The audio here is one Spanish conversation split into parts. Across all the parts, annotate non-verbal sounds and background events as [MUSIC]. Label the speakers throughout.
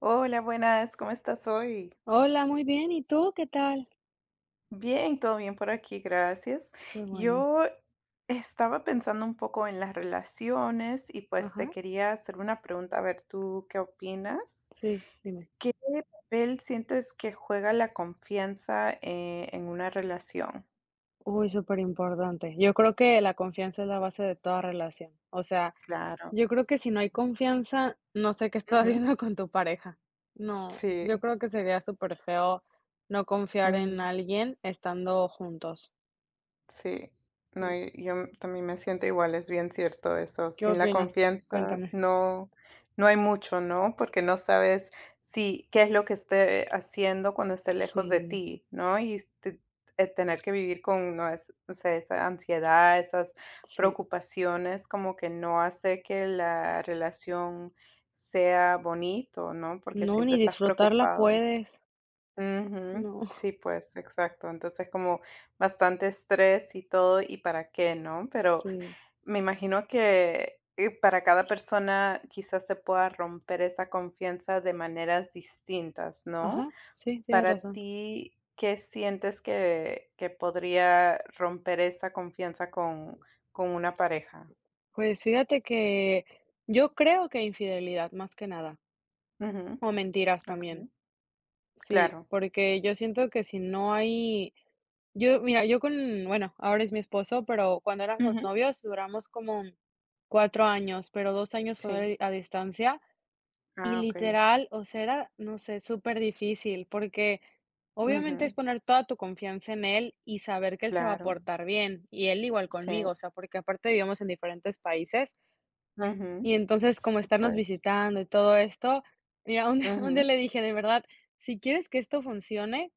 Speaker 1: Hola, buenas, ¿cómo estás hoy?
Speaker 2: Hola, muy bien. ¿Y tú qué tal?
Speaker 1: Bien, todo bien por aquí, gracias.
Speaker 2: Qué bueno.
Speaker 1: Yo estaba pensando un poco en las relaciones y pues te
Speaker 2: Ajá,
Speaker 1: quería hacer una pregunta, a ver, ¿tú qué opinas?
Speaker 2: sí, dime.
Speaker 1: ¿Qué papel sientes que juega la confianza en una relación?
Speaker 2: Uy, súper importante. Yo creo que la confianza es la base de toda relación. O sea,
Speaker 1: Claro.
Speaker 2: yo creo que si no hay confianza, no sé qué estás [LAUGHS]
Speaker 1: Ujú.
Speaker 2: haciendo con tu pareja. No, yo
Speaker 1: Sí.
Speaker 2: creo que sería súper feo no confiar en alguien estando juntos.
Speaker 1: Sí, no,
Speaker 2: Sí.
Speaker 1: y yo también me siento igual, es bien cierto eso.
Speaker 2: ¿Qué
Speaker 1: Sin la
Speaker 2: opinas?
Speaker 1: confianza
Speaker 2: Cuéntame.
Speaker 1: no, no hay mucho, ¿no? Porque no sabes si qué es lo que esté haciendo cuando esté
Speaker 2: Sí,
Speaker 1: lejos de ti, ¿no? Tener que vivir con no es, o sea, esa ansiedad, esas
Speaker 2: sí.
Speaker 1: preocupaciones, como que no hace que la relación sea bonito, ¿no? Porque
Speaker 2: No, ni
Speaker 1: siempre estás
Speaker 2: disfrutarla
Speaker 1: preocupado.
Speaker 2: puedes.
Speaker 1: Ujú.
Speaker 2: No,
Speaker 1: Sí, pues, exacto. Entonces, como bastante estrés y todo, y para qué, ¿no? Pero
Speaker 2: sí.
Speaker 1: me imagino que para cada persona quizás se pueda romper esa confianza de maneras distintas, ¿no?
Speaker 2: Ajá, sí, tienes
Speaker 1: Para
Speaker 2: razón.
Speaker 1: ti, ¿qué sientes que podría romper esa confianza con una pareja?
Speaker 2: Pues fíjate que yo creo que infidelidad más que nada,
Speaker 1: Ujú.
Speaker 2: o mentiras
Speaker 1: Ok,
Speaker 2: también. Sí,
Speaker 1: claro.
Speaker 2: porque yo siento que si no hay yo, mira, yo con, bueno, ahora es mi esposo, pero cuando éramos
Speaker 1: Ujú.
Speaker 2: novios duramos como cuatro años, pero dos años
Speaker 1: Sí.
Speaker 2: fue a distancia y
Speaker 1: Ah, ok.
Speaker 2: literal, o sea, era, no sé, súper difícil, porque obviamente es
Speaker 1: Ujú.
Speaker 2: poner toda tu confianza en él y saber que él se va a
Speaker 1: Claro.
Speaker 2: portar bien, y él igual
Speaker 1: Sí.
Speaker 2: conmigo, o sea, porque aparte vivíamos en diferentes países.
Speaker 1: Ujú.
Speaker 2: Y entonces, como
Speaker 1: Sí,
Speaker 2: estarnos
Speaker 1: pues.
Speaker 2: visitando y todo esto, mira, [LAUGHS] un día
Speaker 1: Ujú,
Speaker 2: le dije: "De verdad, si quieres que esto funcione,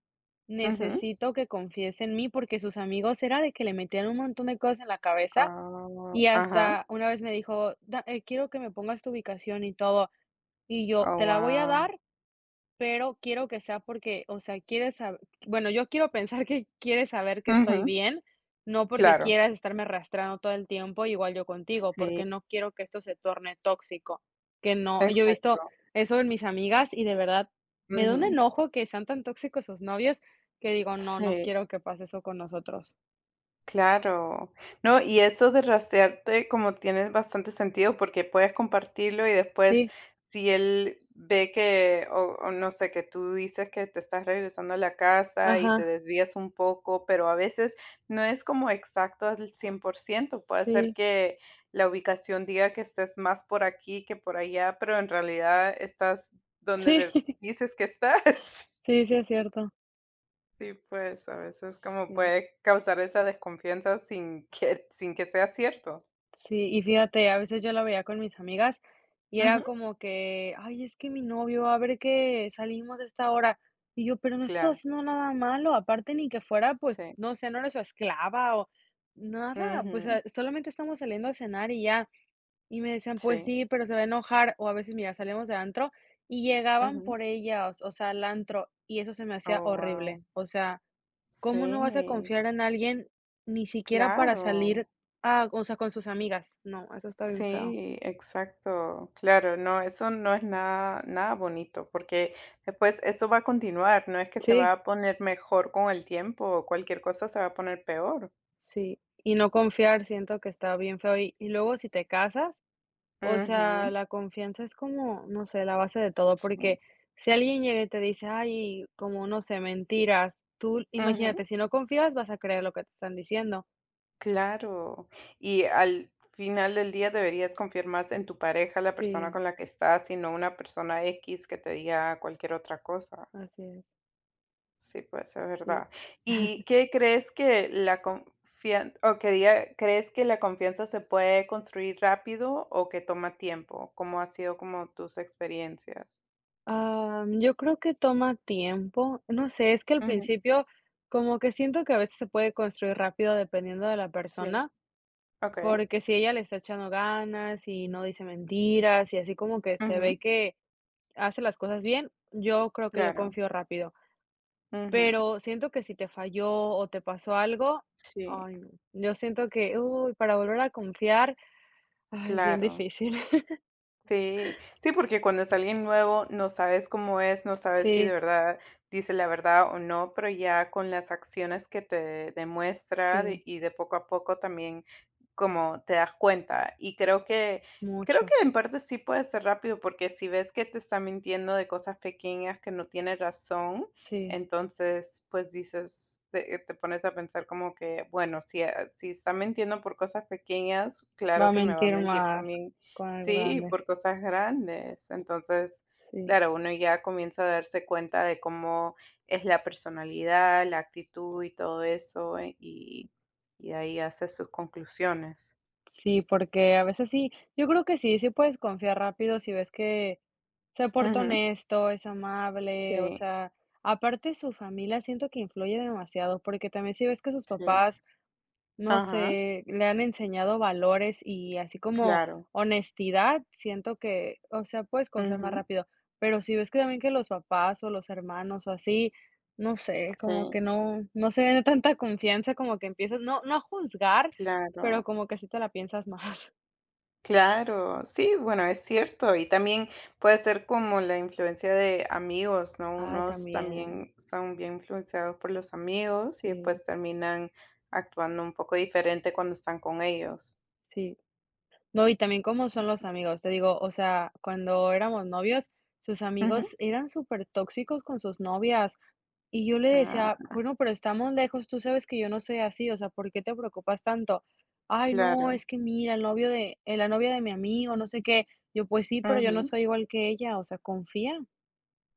Speaker 1: ujú.
Speaker 2: necesito que confíes en mí", porque sus amigos era de que le metían un montón de cosas en la cabeza,
Speaker 1: Ah,
Speaker 2: y
Speaker 1: ajá.
Speaker 2: hasta una vez me dijo: "Da quiero que me pongas tu ubicación y todo", y yo:
Speaker 1: Oh,
Speaker 2: "Te la voy a
Speaker 1: wow.
Speaker 2: dar, pero quiero que sea porque, o sea, quieres sab bueno, yo quiero pensar que quieres saber que estoy
Speaker 1: Ujú.
Speaker 2: bien, no porque
Speaker 1: Claro.
Speaker 2: quieras estarme arrastrando todo el tiempo, igual yo contigo, porque
Speaker 1: Sí,
Speaker 2: no quiero que esto se torne tóxico, que no yo he visto
Speaker 1: exacto.
Speaker 2: eso en mis amigas y de verdad me da un
Speaker 1: Ujú.
Speaker 2: enojo que sean tan tóxicos sus novios que digo: "No, no
Speaker 1: Sí.
Speaker 2: quiero que pase eso con nosotros".
Speaker 1: Claro. No, y eso de rastrearte como tiene bastante sentido porque puedes compartirlo y después
Speaker 2: Sí,
Speaker 1: si él ve que, o no sé, que tú dices que te estás regresando a la casa y te
Speaker 2: ajá,
Speaker 1: desvías un poco, pero a veces no es como exacto al cien por ciento. Puede ser
Speaker 2: sí,
Speaker 1: que la ubicación diga que estés más por aquí que por allá, pero en realidad estás donde
Speaker 2: sí, [LAUGHS]
Speaker 1: dices que estás.
Speaker 2: sí, sí es cierto,
Speaker 1: Sí, pues a veces como
Speaker 2: sí.
Speaker 1: puede causar esa desconfianza sin que sin que sea cierto.
Speaker 2: Sí, y fíjate, a veces yo la veía con mis amigas y era
Speaker 1: Ujú,
Speaker 2: como que, ay, es que mi novio, a ver que salimos a esta hora. Y yo, pero no estoy
Speaker 1: claro,
Speaker 2: haciendo nada malo, aparte ni que fuera, pues,
Speaker 1: sí.
Speaker 2: no sé, no era su esclava o nada, pues
Speaker 1: Ujú,
Speaker 2: solamente estamos saliendo a cenar y ya. Y me decían, pues
Speaker 1: sí.
Speaker 2: sí, pero se va a enojar. O a veces, mira, salíamos de antro y llegaban
Speaker 1: Ujú.
Speaker 2: por ellas, o sea, al antro, y eso se me hacía
Speaker 1: Oh, wow.
Speaker 2: horrible. O sea, ¿cómo no vas a
Speaker 1: Sí,
Speaker 2: confiar en alguien ni siquiera para
Speaker 1: claro.
Speaker 2: salir a o sea, con sus amigas? No, eso está bien feo.
Speaker 1: Sí, exacto. Claro, no, eso no es nada nada bonito, porque después eso va a continuar, no es que se
Speaker 2: Sí,
Speaker 1: va a poner mejor con el tiempo, cualquier cosa se va a poner peor.
Speaker 2: sí. Y no confiar, siento que está bien feo. Y luego si te casas, o sea,
Speaker 1: Ujú,
Speaker 2: la confianza es como, no sé, la base de todo,
Speaker 1: sí.
Speaker 2: porque si alguien llega y te dice: "Ay", como, no sé, mentiras, tú imagínate,
Speaker 1: Ujú.
Speaker 2: si no confías, vas a creer lo que te están diciendo.
Speaker 1: Claro. Y al final del día deberías confiar más en tu pareja, la persona
Speaker 2: Sí,
Speaker 1: con la que estás, y no una persona X que te diga cualquier otra cosa.
Speaker 2: así es,
Speaker 1: Sí, pues, es
Speaker 2: sí.
Speaker 1: verdad. ¿Y qué crees que la confian o que diga crees que la confianza se puede construir rápido o que toma tiempo? ¿Cómo ha sido como tus experiencias?
Speaker 2: Ah, yo creo que toma tiempo. No sé, es que al
Speaker 1: Ujú.
Speaker 2: principio como que siento que a veces se puede construir rápido dependiendo de la
Speaker 1: Sí.
Speaker 2: persona,
Speaker 1: Okey.
Speaker 2: porque si ella le está echando ganas y no dice mentiras y así como que se
Speaker 1: Ujú.
Speaker 2: ve que hace las cosas bien, yo creo que yo
Speaker 1: Claro.
Speaker 2: confío rápido.
Speaker 1: Ujú.
Speaker 2: Pero siento que si te falló o te pasó algo,
Speaker 1: Sí,
Speaker 2: ay no, yo siento que, uy, para volver a confiar, ay, es bien
Speaker 1: claro.
Speaker 2: difícil. [LAUGHS]
Speaker 1: Sí, sí, porque cuando es alguien nuevo no sabes cómo es, no sabes si de
Speaker 2: Sí,
Speaker 1: verdad dice la verdad o no, pero ya con las acciones que te demuestra
Speaker 2: sí,
Speaker 1: y de poco a poco también como te das cuenta. Y creo que
Speaker 2: mucho,
Speaker 1: en parte sí puede ser rápido, porque si ves que te está mintiendo de cosas pequeñas que no tiene razón,
Speaker 2: sí.
Speaker 1: entonces pues dices, te pones a pensar como que, bueno, si, si está mintiendo por cosas pequeñas,
Speaker 2: Va
Speaker 1: claro
Speaker 2: a
Speaker 1: que me va a
Speaker 2: mentir
Speaker 1: mentir
Speaker 2: más
Speaker 1: también.
Speaker 2: con algo
Speaker 1: Sí,
Speaker 2: grande.
Speaker 1: por cosas grandes. Entonces,
Speaker 2: Sí,
Speaker 1: claro, uno ya comienza a darse cuenta de cómo es la personalidad, la actitud y todo eso, y ahí hace sus conclusiones.
Speaker 2: sí, porque a veces sí, yo creo que sí, sí puedes confiar rápido si ves que se porta
Speaker 1: Ujú,
Speaker 2: honesto, es amable, o
Speaker 1: sí,
Speaker 2: sea, aparte su familia siento que influye demasiado, porque también si ves que sus
Speaker 1: sí.
Speaker 2: papás no
Speaker 1: Ajá,
Speaker 2: sé, le han enseñado valores y así como
Speaker 1: claro.
Speaker 2: honestidad, siento que, o sea, puedes confiar más
Speaker 1: Ujú,
Speaker 2: rápido, pero si ves que también que los papás o los hermanos o así, no sé, como
Speaker 1: sí,
Speaker 2: que no se ve tanta confianza, como que empiezas no a juzgar, pero
Speaker 1: claro.
Speaker 2: como que sí te la piensas más. [LAUGHS]
Speaker 1: Claro, sí, bueno, es cierto. Y también puede ser como la influencia de amigos, ¿no?
Speaker 2: Ah,
Speaker 1: Unos
Speaker 2: también,
Speaker 1: también son bien influenciados por los amigos y
Speaker 2: sí,
Speaker 1: después terminan actuando un poco diferente cuando están con ellos.
Speaker 2: sí. No, y también cómo son los amigos. Te digo, o sea, cuando éramos novios, sus amigos
Speaker 1: Ujú.
Speaker 2: eran súper tóxicos con sus novias. Y yo le
Speaker 1: Ah,
Speaker 2: decía, bueno, pero estamos lejos, tú sabes que yo no soy así, o sea, ¿por qué te preocupas tanto? Ay, no, es
Speaker 1: claro.
Speaker 2: que mira, el novio de, la novia de mi amigo, no sé qué. Yo, pues sí, pero yo no
Speaker 1: Ujú.
Speaker 2: soy igual que ella, o sea, confía.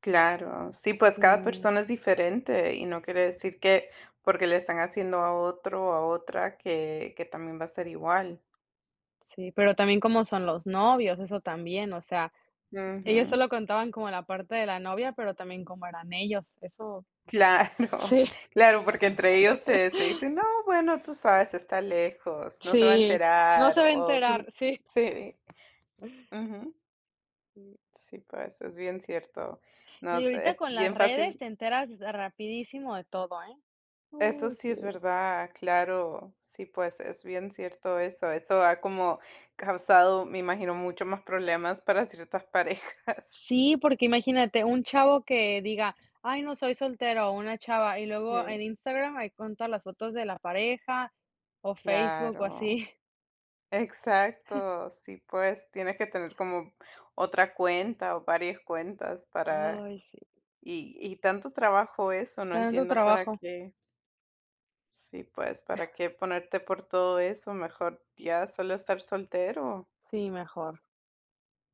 Speaker 1: Claro. Sí, pues cada
Speaker 2: Sí,
Speaker 1: persona es diferente y no quiere decir que porque le están haciendo a otro o a otra que también va a ser igual.
Speaker 2: sí, pero también cómo son los novios, eso también, o sea, ellos
Speaker 1: Ujú.
Speaker 2: solo contaban como la parte de la novia, pero también cómo eran ellos, eso,
Speaker 1: Claro,
Speaker 2: sí.
Speaker 1: [LAUGHS] claro, porque entre ellos se dicen, no, bueno, tú sabes, está lejos, no se va a
Speaker 2: Sí, no se
Speaker 1: enterar,
Speaker 2: va a
Speaker 1: o
Speaker 2: enterar,
Speaker 1: tú,
Speaker 2: [LAUGHS] sí.
Speaker 1: sí, ujú, sí, pues es bien cierto,
Speaker 2: No, y
Speaker 1: no,
Speaker 2: ahorita
Speaker 1: es
Speaker 2: con las
Speaker 1: bien
Speaker 2: redes
Speaker 1: fácil,
Speaker 2: te enteras rapidísimo de todo, ¿eh?
Speaker 1: eso
Speaker 2: Uy,
Speaker 1: sí
Speaker 2: sí.
Speaker 1: es verdad, claro, sí, pues es bien cierto eso, eso ha como causado, me imagino, mucho más problemas para ciertas parejas,
Speaker 2: Sí, porque imagínate, un chavo que diga: "Ay, no, soy soltero", o una chava, y
Speaker 1: [LAUGHS]
Speaker 2: luego
Speaker 1: sí,
Speaker 2: en Instagram ahí con todas las fotos de la pareja, o Facebook, o
Speaker 1: claro.
Speaker 2: así. [LAUGHS]
Speaker 1: Exacto, sí, pues tienes que tener como otra cuenta o varias cuentas para
Speaker 2: Ay, sí.
Speaker 1: y tanto trabajo eso, no
Speaker 2: Tanto
Speaker 1: entiendo para
Speaker 2: trabajo.
Speaker 1: qué. Sí, pues, ¿para qué ponerte por todo eso? Mejor ya solo estar soltero.
Speaker 2: Sí, mejor.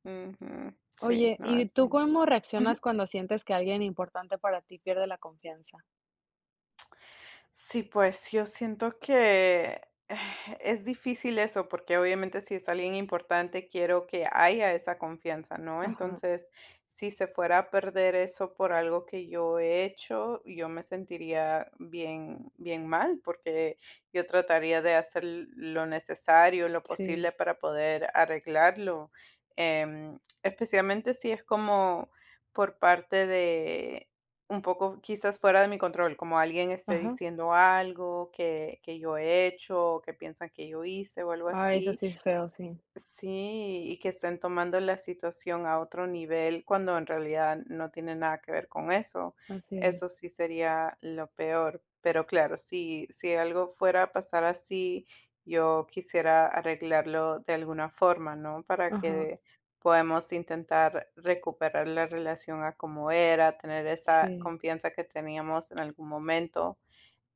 Speaker 1: Ujú. Sí,
Speaker 2: Oye,
Speaker 1: no
Speaker 2: ¿y
Speaker 1: es.
Speaker 2: tú cómo reaccionas cuando sientes que alguien importante para ti pierde la confianza?
Speaker 1: Sí, pues sí, yo siento que [SIGHS] es difícil eso, porque obviamente si es alguien importante, quiero que haya esa confianza, ¿no?
Speaker 2: Ajá,
Speaker 1: Entonces, si se fuera a perder eso por algo que yo he hecho, yo me sentiría bien, bien mal, porque yo trataría de hacer lo necesario, lo
Speaker 2: sí.
Speaker 1: posible para poder arreglarlo. Especialmente si es como por parte un poco quizás fuera de mi control, como alguien esté
Speaker 2: Ajá.
Speaker 1: diciendo algo que yo he hecho, o que piensan que yo hice o algo
Speaker 2: Ay, eso
Speaker 1: así.
Speaker 2: sí es feo, sí.
Speaker 1: Sí, y que estén tomando la situación a otro nivel cuando en realidad no tiene nada que ver con eso.
Speaker 2: Así es.
Speaker 1: Eso sí sería lo peor. Pero claro, si algo fuera a pasar así, yo quisiera arreglarlo de alguna forma, ¿no? Para
Speaker 2: Ajá,
Speaker 1: que podamos intentar recuperar la relación a como era, tener esa
Speaker 2: sí,
Speaker 1: confianza que teníamos en algún momento.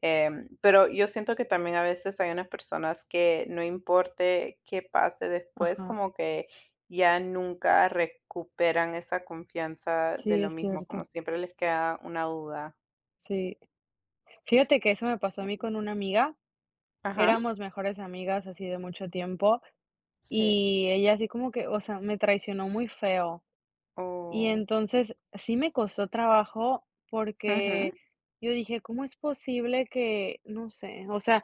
Speaker 1: Pero yo siento que también a veces hay unas personas que no importe qué pase después,
Speaker 2: ajá,
Speaker 1: como que ya nunca recuperan esa confianza de
Speaker 2: sí,
Speaker 1: lo
Speaker 2: es
Speaker 1: mismo,
Speaker 2: cierto,
Speaker 1: como siempre les queda una duda.
Speaker 2: sí. Fíjate que eso me pasó a mí
Speaker 1: Sí.
Speaker 2: con una amiga,
Speaker 1: Ajá,
Speaker 2: éramos mejores amigas así de mucho tiempo
Speaker 1: sí.
Speaker 2: y ella así como que, o sea, me traicionó muy feo y
Speaker 1: Oh,
Speaker 2: entonces sí me costó trabajo
Speaker 1: ujú,
Speaker 2: porque yo dije, ¿cómo es posible que, no sé, o sea,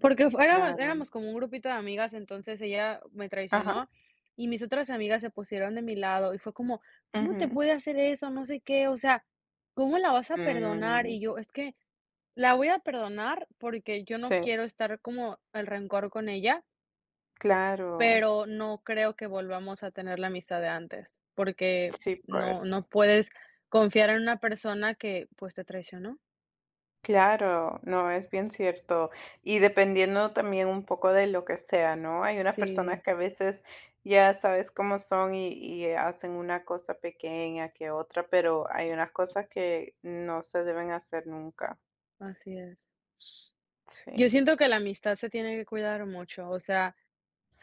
Speaker 2: porque fu éramos
Speaker 1: claro.
Speaker 2: éramos como un grupito de amigas, entonces ella me
Speaker 1: Ajá,
Speaker 2: traicionó y mis otras amigas se pusieron de mi lado y fue como: "¿Cómo te
Speaker 1: ujú.
Speaker 2: puede hacer eso?, no sé qué", o sea, "¿Cómo la vas a perdonar?".
Speaker 1: Mm,
Speaker 2: Y yo: "Es que la voy a perdonar porque yo no
Speaker 1: sí,
Speaker 2: quiero estar como el rencor con ella,
Speaker 1: claro.
Speaker 2: pero no creo que volvamos a tener la amistad de antes, porque
Speaker 1: Sí,
Speaker 2: no
Speaker 1: pues.
Speaker 2: puedes confiar en una persona que, pues, te traicionó".
Speaker 1: Claro, no, es bien cierto. Y dependiendo también un poco de lo que sea, ¿no? Hay unas personas
Speaker 2: Sí,
Speaker 1: que a veces ya sabes cómo son y hacen una cosa pequeña que otra, pero hay unas cosas que no se deben hacer nunca.
Speaker 2: así es.
Speaker 1: Sí,
Speaker 2: Yo siento que la amistad se tiene que cuidar mucho, o sea,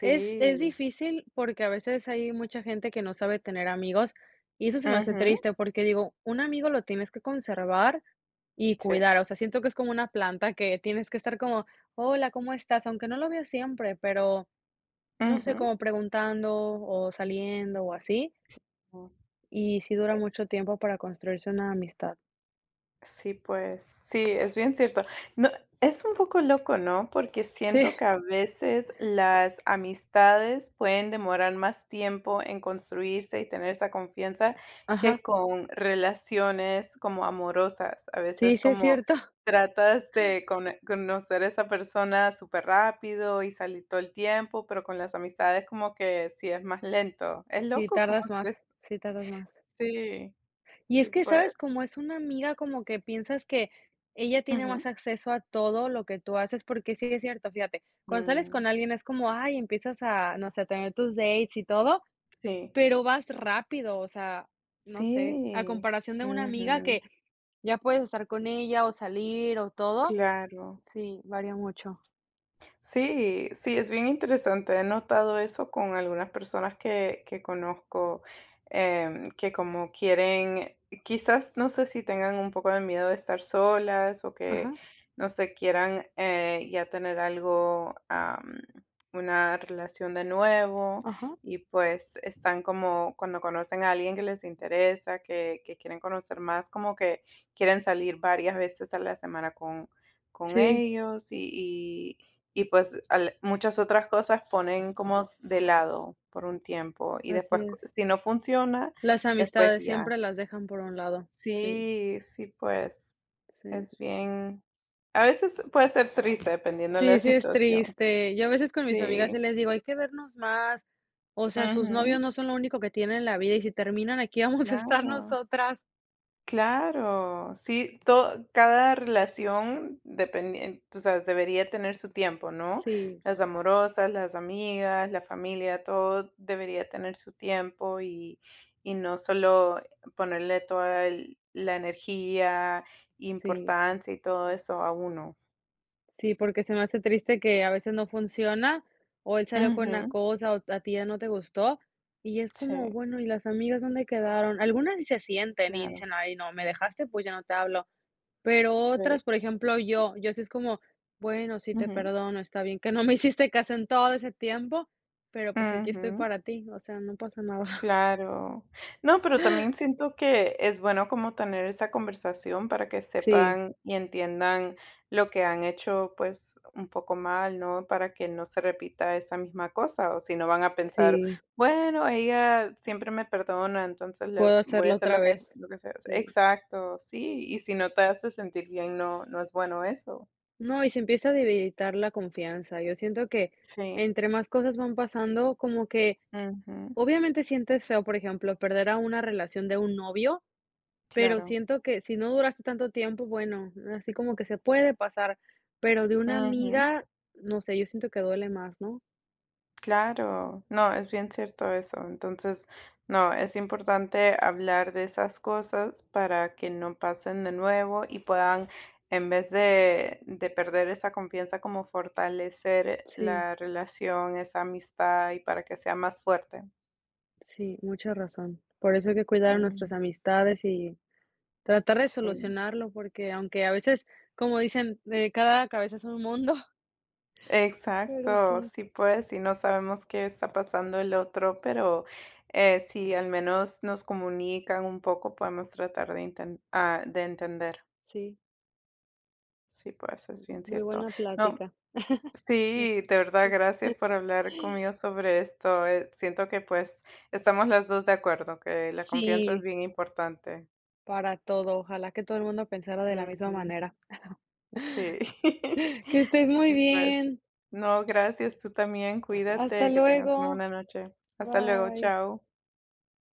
Speaker 2: es difícil porque a veces hay mucha gente que no sabe tener amigos, y eso se me hace
Speaker 1: Ujú,
Speaker 2: triste porque digo, un amigo lo tienes que conservar y
Speaker 1: sí.
Speaker 2: cuidar, o sea, siento que es como una planta que tienes que estar como, hola, ¿cómo estás? Aunque no lo veas siempre, pero no sé, como preguntando o saliendo o así,
Speaker 1: Ujú.
Speaker 2: y sí dura mucho tiempo para construirse una amistad.
Speaker 1: Sí, pues sí, es bien cierto. No, es un poco loco, ¿no? Porque
Speaker 2: Sí,
Speaker 1: siento que a veces las amistades pueden demorar más tiempo en construirse y tener esa confianza que
Speaker 2: ajá,
Speaker 1: con relaciones como amorosas. A
Speaker 2: sí,
Speaker 1: veces
Speaker 2: sí es
Speaker 1: como
Speaker 2: cierto.
Speaker 1: tratas de conocer a esa persona súper rápido y salir todo el tiempo, pero con las amistades como que sí es más lento. Es
Speaker 2: Sí,
Speaker 1: loco como
Speaker 2: tardas
Speaker 1: se...
Speaker 2: más, sí tardas más.
Speaker 1: Sí,
Speaker 2: Y es
Speaker 1: sí,
Speaker 2: que,
Speaker 1: pues.
Speaker 2: ¿sabes? Como es una amiga, como que piensas que ella tiene
Speaker 1: Ujú.
Speaker 2: más acceso a todo lo que tú haces, porque sí es cierto, fíjate, cuando sales
Speaker 1: Mm,
Speaker 2: con alguien es como, ay, empiezas a, no sé, a tener tus dates y todo,
Speaker 1: sí.
Speaker 2: pero vas rápido, o sea, no sé, a
Speaker 1: Sí,
Speaker 2: comparación de una amiga
Speaker 1: ujú,
Speaker 2: que ya puedes estar con ella o salir o todo,
Speaker 1: claro.
Speaker 2: sí, varía mucho.
Speaker 1: Sí, sí, es bien interesante. He notado eso con algunas personas que conozco, que como quieren, quizás no sé si tengan un poco de miedo de estar solas o que
Speaker 2: Ajá,
Speaker 1: no se quieran ya tener algo, una relación de nuevo
Speaker 2: ajá,
Speaker 1: y pues están como cuando conocen a alguien que les interesa, que quieren conocer más, como que quieren salir varias veces a la semana con
Speaker 2: sí,
Speaker 1: ellos y pues al muchas otras cosas ponen como de lado por un tiempo y
Speaker 2: así
Speaker 1: después co
Speaker 2: es.
Speaker 1: si no funciona,
Speaker 2: Las
Speaker 1: después
Speaker 2: amistades
Speaker 1: ya.
Speaker 2: siempre las dejan por un lado, sí,
Speaker 1: Sí, sí, pues
Speaker 2: sí.
Speaker 1: es bien a veces puede ser triste dependiendo de la
Speaker 2: Sí, sí es
Speaker 1: situación.
Speaker 2: triste. Yo a veces con mis amigas sí
Speaker 1: Sí.
Speaker 2: les digo: "Hay que vernos más". O sea, sus novios
Speaker 1: Ujú,
Speaker 2: no son lo único que tienen en la vida, y si terminan, aquí [LAUGHS] vamos a estar
Speaker 1: claro.
Speaker 2: nosotras.
Speaker 1: Claro, sí, to cada relación dependiente, tú sabes, debería tener su tiempo, ¿no?
Speaker 2: Sí,
Speaker 1: Las amorosas, las amigas, la familia, todo debería tener su tiempo y no solo ponerle toda el la energía,
Speaker 2: sí,
Speaker 1: importancia y todo eso a uno.
Speaker 2: sí, porque se me hace triste que a veces no funciona, o él salió con una
Speaker 1: Ujú.
Speaker 2: cosa, o a ti ya no te gustó, y es
Speaker 1: Sí,
Speaker 2: como, bueno, ¿y las amigas dónde quedaron? Algunas sí se sienten y dicen:
Speaker 1: claro,
Speaker 2: "Ay, no, me dejaste, pues ya no te hablo". Pero
Speaker 1: sí.
Speaker 2: otras, por ejemplo, yo sí es como, bueno, sí, te
Speaker 1: Ujú.
Speaker 2: perdono, está bien que no me [LAUGHS] hiciste caso en todo ese tiempo, pero, pues, aquí estoy
Speaker 1: Ujú.
Speaker 2: para ti, o sea, no pasa nada.
Speaker 1: Claro. No, pero también
Speaker 2: [LAUGHS]
Speaker 1: siento que es bueno como tener esa conversación para que
Speaker 2: Sí,
Speaker 1: sepan y entiendan lo que han hecho, pues, un poco mal, ¿no? Para que no se repita esa misma cosa, o si no van a pensar,
Speaker 2: sí,
Speaker 1: bueno, ella siempre me perdona, entonces le
Speaker 2: puedo
Speaker 1: voy a
Speaker 2: hacerlo
Speaker 1: hacer
Speaker 2: otra vez.
Speaker 1: lo que sea.
Speaker 2: Sí.
Speaker 1: Exacto, sí, y si no te hace sentir bien, no no es bueno eso.
Speaker 2: No, y se empieza a debilitar la confianza. Yo siento que
Speaker 1: Sí.
Speaker 2: entre más cosas van pasando, como que
Speaker 1: Ujú,
Speaker 2: obviamente sientes feo, por ejemplo, perder a una relación de un novio, pero
Speaker 1: claro.
Speaker 2: siento que si no duraste tanto tiempo, bueno, así como que se puede pasar, pero de una
Speaker 1: Ujú.
Speaker 2: amiga, no sé, yo siento que duele más, ¿no?
Speaker 1: Claro, no, es bien cierto eso. Entonces, no, es importante hablar de esas cosas para que no pasen de nuevo y puedan, en vez de perder esa confianza, como fortalecer
Speaker 2: Sí,
Speaker 1: la relación, esa amistad y para que sea más fuerte.
Speaker 2: sí, mucha razón. Por eso hay que cuidar a nuestras
Speaker 1: Mm,
Speaker 2: amistades y tratar de
Speaker 1: sí,
Speaker 2: solucionarlo, porque aunque a veces, como dicen, de cada cabeza es un mundo, [LAUGHS] pero
Speaker 1: exacto,
Speaker 2: sí,
Speaker 1: sí pues, y no sabemos qué está pasando el otro, pero si al menos nos comunican un poco, podemos tratar de, de entender.
Speaker 2: sí,
Speaker 1: Sí, pues es bien
Speaker 2: muy
Speaker 1: cierto.
Speaker 2: buena
Speaker 1: No,
Speaker 2: plática. [LAUGHS]
Speaker 1: sí, de verdad, gracias por hablar conmigo sobre esto. Siento que pues estamos las dos de acuerdo, que la confianza es
Speaker 2: Sí,
Speaker 1: bien importante.
Speaker 2: para todo. Ojalá que todo el mundo pensara de la misma
Speaker 1: Ujú,
Speaker 2: manera.
Speaker 1: sí,
Speaker 2: [LAUGHS] Que
Speaker 1: [LAUGHS]
Speaker 2: estés muy
Speaker 1: sí, pues.
Speaker 2: bien.
Speaker 1: No, gracias, tú también,
Speaker 2: Hasta
Speaker 1: cuídate, que tengas una
Speaker 2: luego.
Speaker 1: buena noche. Hasta luego,
Speaker 2: Bye.
Speaker 1: chao.